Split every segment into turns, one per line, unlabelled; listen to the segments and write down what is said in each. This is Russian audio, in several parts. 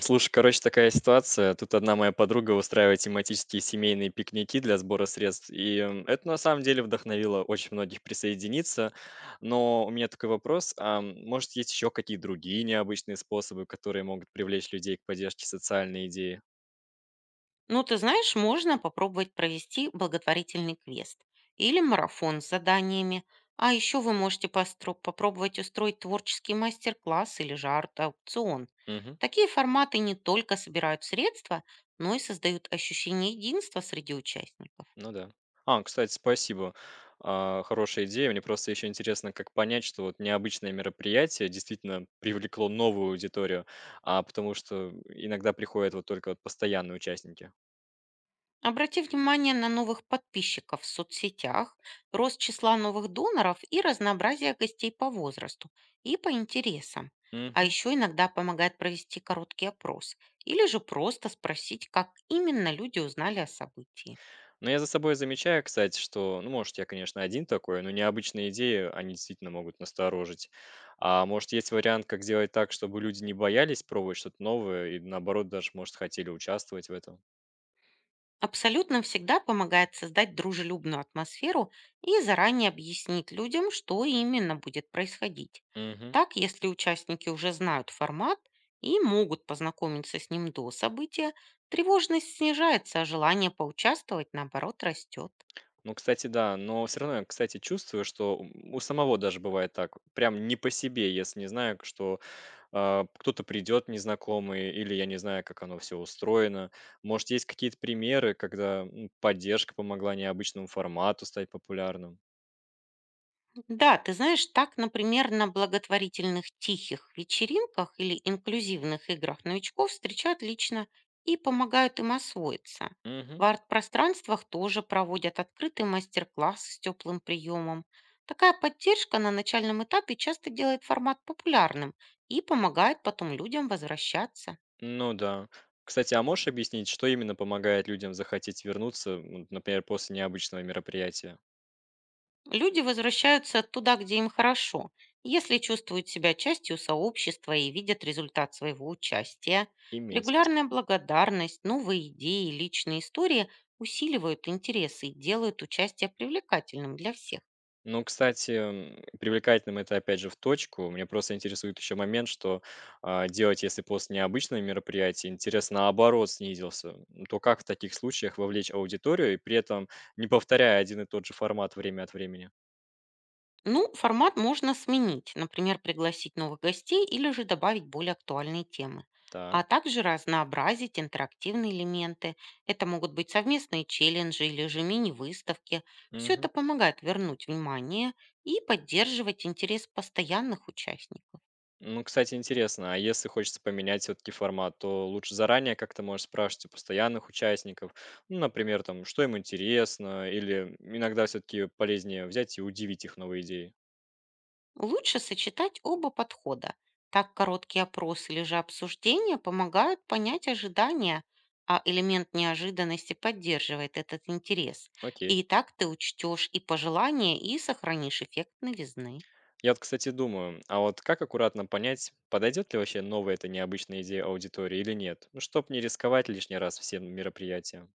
Слушай, короче, такая ситуация. Тут одна моя подруга устраивает тематические семейные пикники для сбора средств. Это на самом деле вдохновило очень многих присоединиться. Но у меня такой вопрос. Может, есть еще какие другие необычные способы, которые могут привлечь людей к поддержке социальной идеи?
Ну, ты знаешь, можно попробовать провести благотворительный квест или марафон с заданиями. А еще вы можете попробовать устроить творческий мастер-класс или же арт-аукцион.
Мгм.
Такие форматы не только собирают средства, но и создают ощущение единства среди участников.
Ну да. А, кстати, спасибо. А, хорошая идея. Мне просто еще интересно, как понять, что вот необычное мероприятие действительно привлекло новую аудиторию, а потому что иногда приходят вот только вот постоянные участники.
Обрати внимание на новых подписчиков в соцсетях, рост числа новых доноров и разнообразие гостей по возрасту и по интересам. А
Мгм.
еще иногда помогает провести короткий опрос или же просто спросить, как именно люди узнали о событии.
Но я за собой замечаю, кстати, что, ну, может, я, конечно, один такой, но необычные идеи, они действительно могут насторожить. А может, есть вариант, как сделать так, чтобы люди не боялись пробовать что-то новое и, наоборот, даже, может, хотели участвовать в этом?
Абсолютно всегда помогает создать дружелюбную атмосферу и заранее объяснить людям, что именно будет происходить.
Мгм.
Так, если участники уже знают формат и могут познакомиться с ним до события, тревожность снижается, а желание поучаствовать, наоборот, растет.
Ну, кстати, да, но все равно я, кстати, чувствую, что у самого даже бывает так, прям не по себе, если не знаю, что. А, кто-то придет незнакомый, или я не знаю, как оно все устроено. Может, есть какие-то примеры, когда, поддержка помогла необычному формату стать популярным?
Да, ты знаешь, так, например, на благотворительных тихих вечеринках или инклюзивных играх новичков встречают лично и помогают им освоиться. В
Мгм.
арт-пространствах тоже проводят открытые мастер-классы с теплым приемом. Такая поддержка на начальном этапе часто делает формат популярным и помогает потом людям возвращаться.
Ну да. Кстати, а можешь объяснить, что именно помогает людям захотеть вернуться, например, после необычного мероприятия?
Люди возвращаются туда, где им хорошо, если чувствуют себя частью сообщества и видят результат своего участия.
Имеет смысл.
Регулярная благодарность, новые идеи, личные истории усиливают интересы и делают участие привлекательным для всех.
Ну, кстати, привлекательным это, опять же, в точку. Меня просто интересует еще момент, что делать, если после необычного мероприятия интерес наоборот снизился. То как в таких случаях вовлечь аудиторию и при этом не повторяя один и тот же формат время от времени?
Ну, формат можно сменить, например, пригласить новых гостей или же добавить более актуальные темы.
Так.
А также разнообразить интерактивные элементы. Это могут быть совместные челленджи или же мини-выставки. Все
Мгм.
это помогает вернуть внимание и поддерживать интерес постоянных участников.
Ну, кстати, интересно, а если хочется поменять все-таки формат, то лучше заранее как-то можешь спрашивать у постоянных участников, ну, например, там, что им интересно, или иногда все-таки полезнее взять и удивить их новой идеей.
Лучше сочетать оба подхода. Так короткий опрос или же обсуждение помогают понять ожидания, а элемент неожиданности поддерживает этот интерес.
Окей.
И так ты учтешь и пожелания, и сохранишь эффект новизны.
Я вот, кстати, думаю, а вот как аккуратно понять, подойдет ли вообще новая эта необычная идея аудитории или нет? Ну, чтоб не рисковать лишний раз всем мероприятием.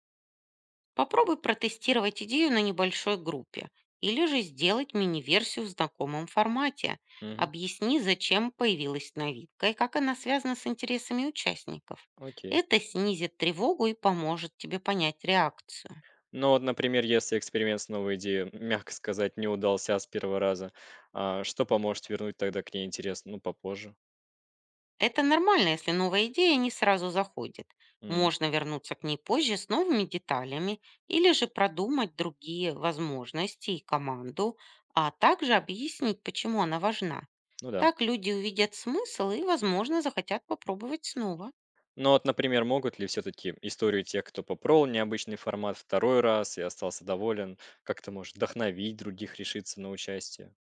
Попробуй протестировать идею на небольшой группе или же сделать мини-версию в знакомом формате.
Мгм.
Объясни, зачем появилась новинка и как она связана с интересами участников.
Окей.
Это снизит тревогу и поможет тебе понять реакцию.
Ну вот, например, если эксперимент с новой идеей, мягко сказать, не удался с первого раза, что поможет вернуть тогда к ней интерес? Ну, попозже.
Это нормально, если новая идея не сразу заходит.
М,
Можно вернуться к ней позже с новыми деталями или же продумать другие возможности и команду, а также объяснить, почему она важна.
Ну да.
Так люди увидят смысл и, возможно, захотят попробовать снова.
Ну вот, например, могут ли все-таки историю тех, кто попробовал необычный формат второй раз и остался доволен, как-то может вдохновить других решиться на участие?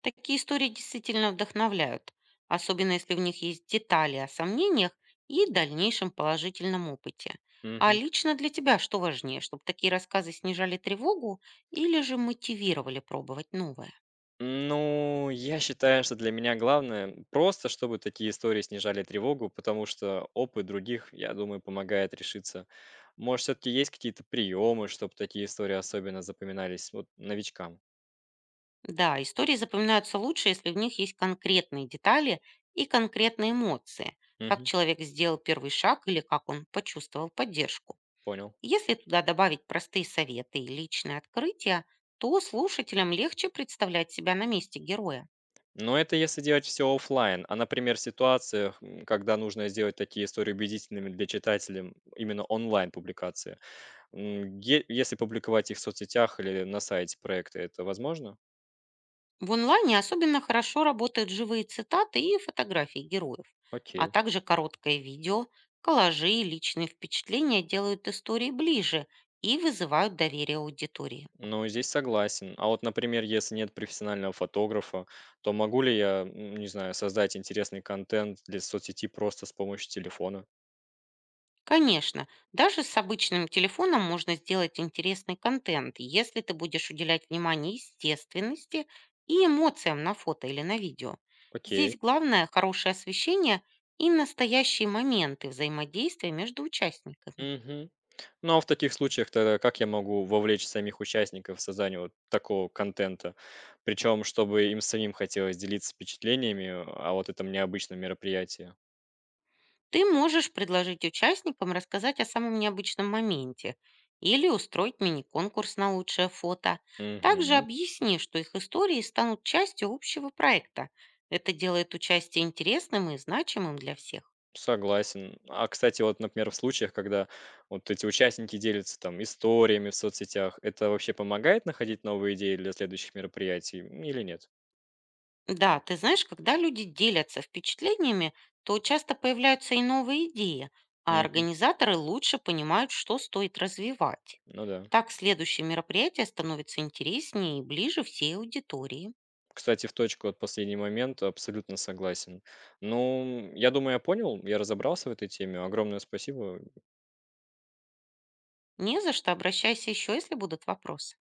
Такие истории действительно вдохновляют, особенно если в них есть детали о сомнениях и дальнейшем положительном опыте. А
Мгм.
лично для тебя что важнее, чтобы такие рассказы снижали тревогу или же мотивировали пробовать новое?
Ну, я считаю, что для меня главное просто, чтобы такие истории снижали тревогу, потому что опыт других, я думаю, помогает решиться. Может, все-таки есть какие-то приемы, чтобы такие истории особенно запоминались вот, новичкам?
Да, истории запоминаются лучше, если в них есть конкретные детали и конкретные эмоции, как
Мгм,
человек сделал первый шаг или как он почувствовал поддержку.
понял.
Если туда добавить простые советы и личные открытия, то слушателям легче представлять себя на месте героя.
Но это если делать все оффлайн, а, например, в ситуациях, когда нужно сделать такие истории убедительными для читателей, именно онлайн-публикации. Если публиковать их в соцсетях или на сайте проекта, это возможно?
В онлайне особенно хорошо работают живые цитаты и фотографии героев, а
Окей.
также короткое видео, коллажи и личные впечатления делают истории ближе и вызывают доверие аудитории.
Ну, здесь согласен. А вот, например, если нет профессионального фотографа, то могу ли я, не знаю, создать интересный контент для соцсети просто с помощью телефона?
Конечно, даже с обычным телефоном можно сделать интересный контент, если ты будешь уделять внимание естественности и эмоциям на фото или на видео.
Окей.
Здесь главное хорошее освещение и настоящие моменты взаимодействия между участниками.
Мгм. Ну, а в таких случаях тогда как я могу вовлечь самих участников в создание вот такого контента? Причем, чтобы им самим хотелось делиться впечатлениями о вот этом необычном мероприятии.
Ты можешь предложить участникам рассказать о самом необычном моменте или устроить мини-конкурс на лучшее фото. Также
Мгм.
объясни, что их истории станут частью общего проекта. Это делает участие интересным и значимым для всех.
Согласен. А, кстати, вот, например, в случаях, когда вот эти участники делятся там историями в соцсетях, это вообще помогает находить новые идеи для следующих мероприятий, или нет?
Да, ты знаешь, когда люди делятся впечатлениями, то часто появляются и новые идеи, а
Мгм.
организаторы лучше понимают, что стоит развивать.
Ну да.
Так следующее мероприятие становится интереснее и ближе всей аудитории.
Кстати, в точку от последний момент абсолютно согласен. Ну, я думаю, я понял, я разобрался в этой теме. Огромное спасибо.
Не за что, обращайся еще, если будут вопросы.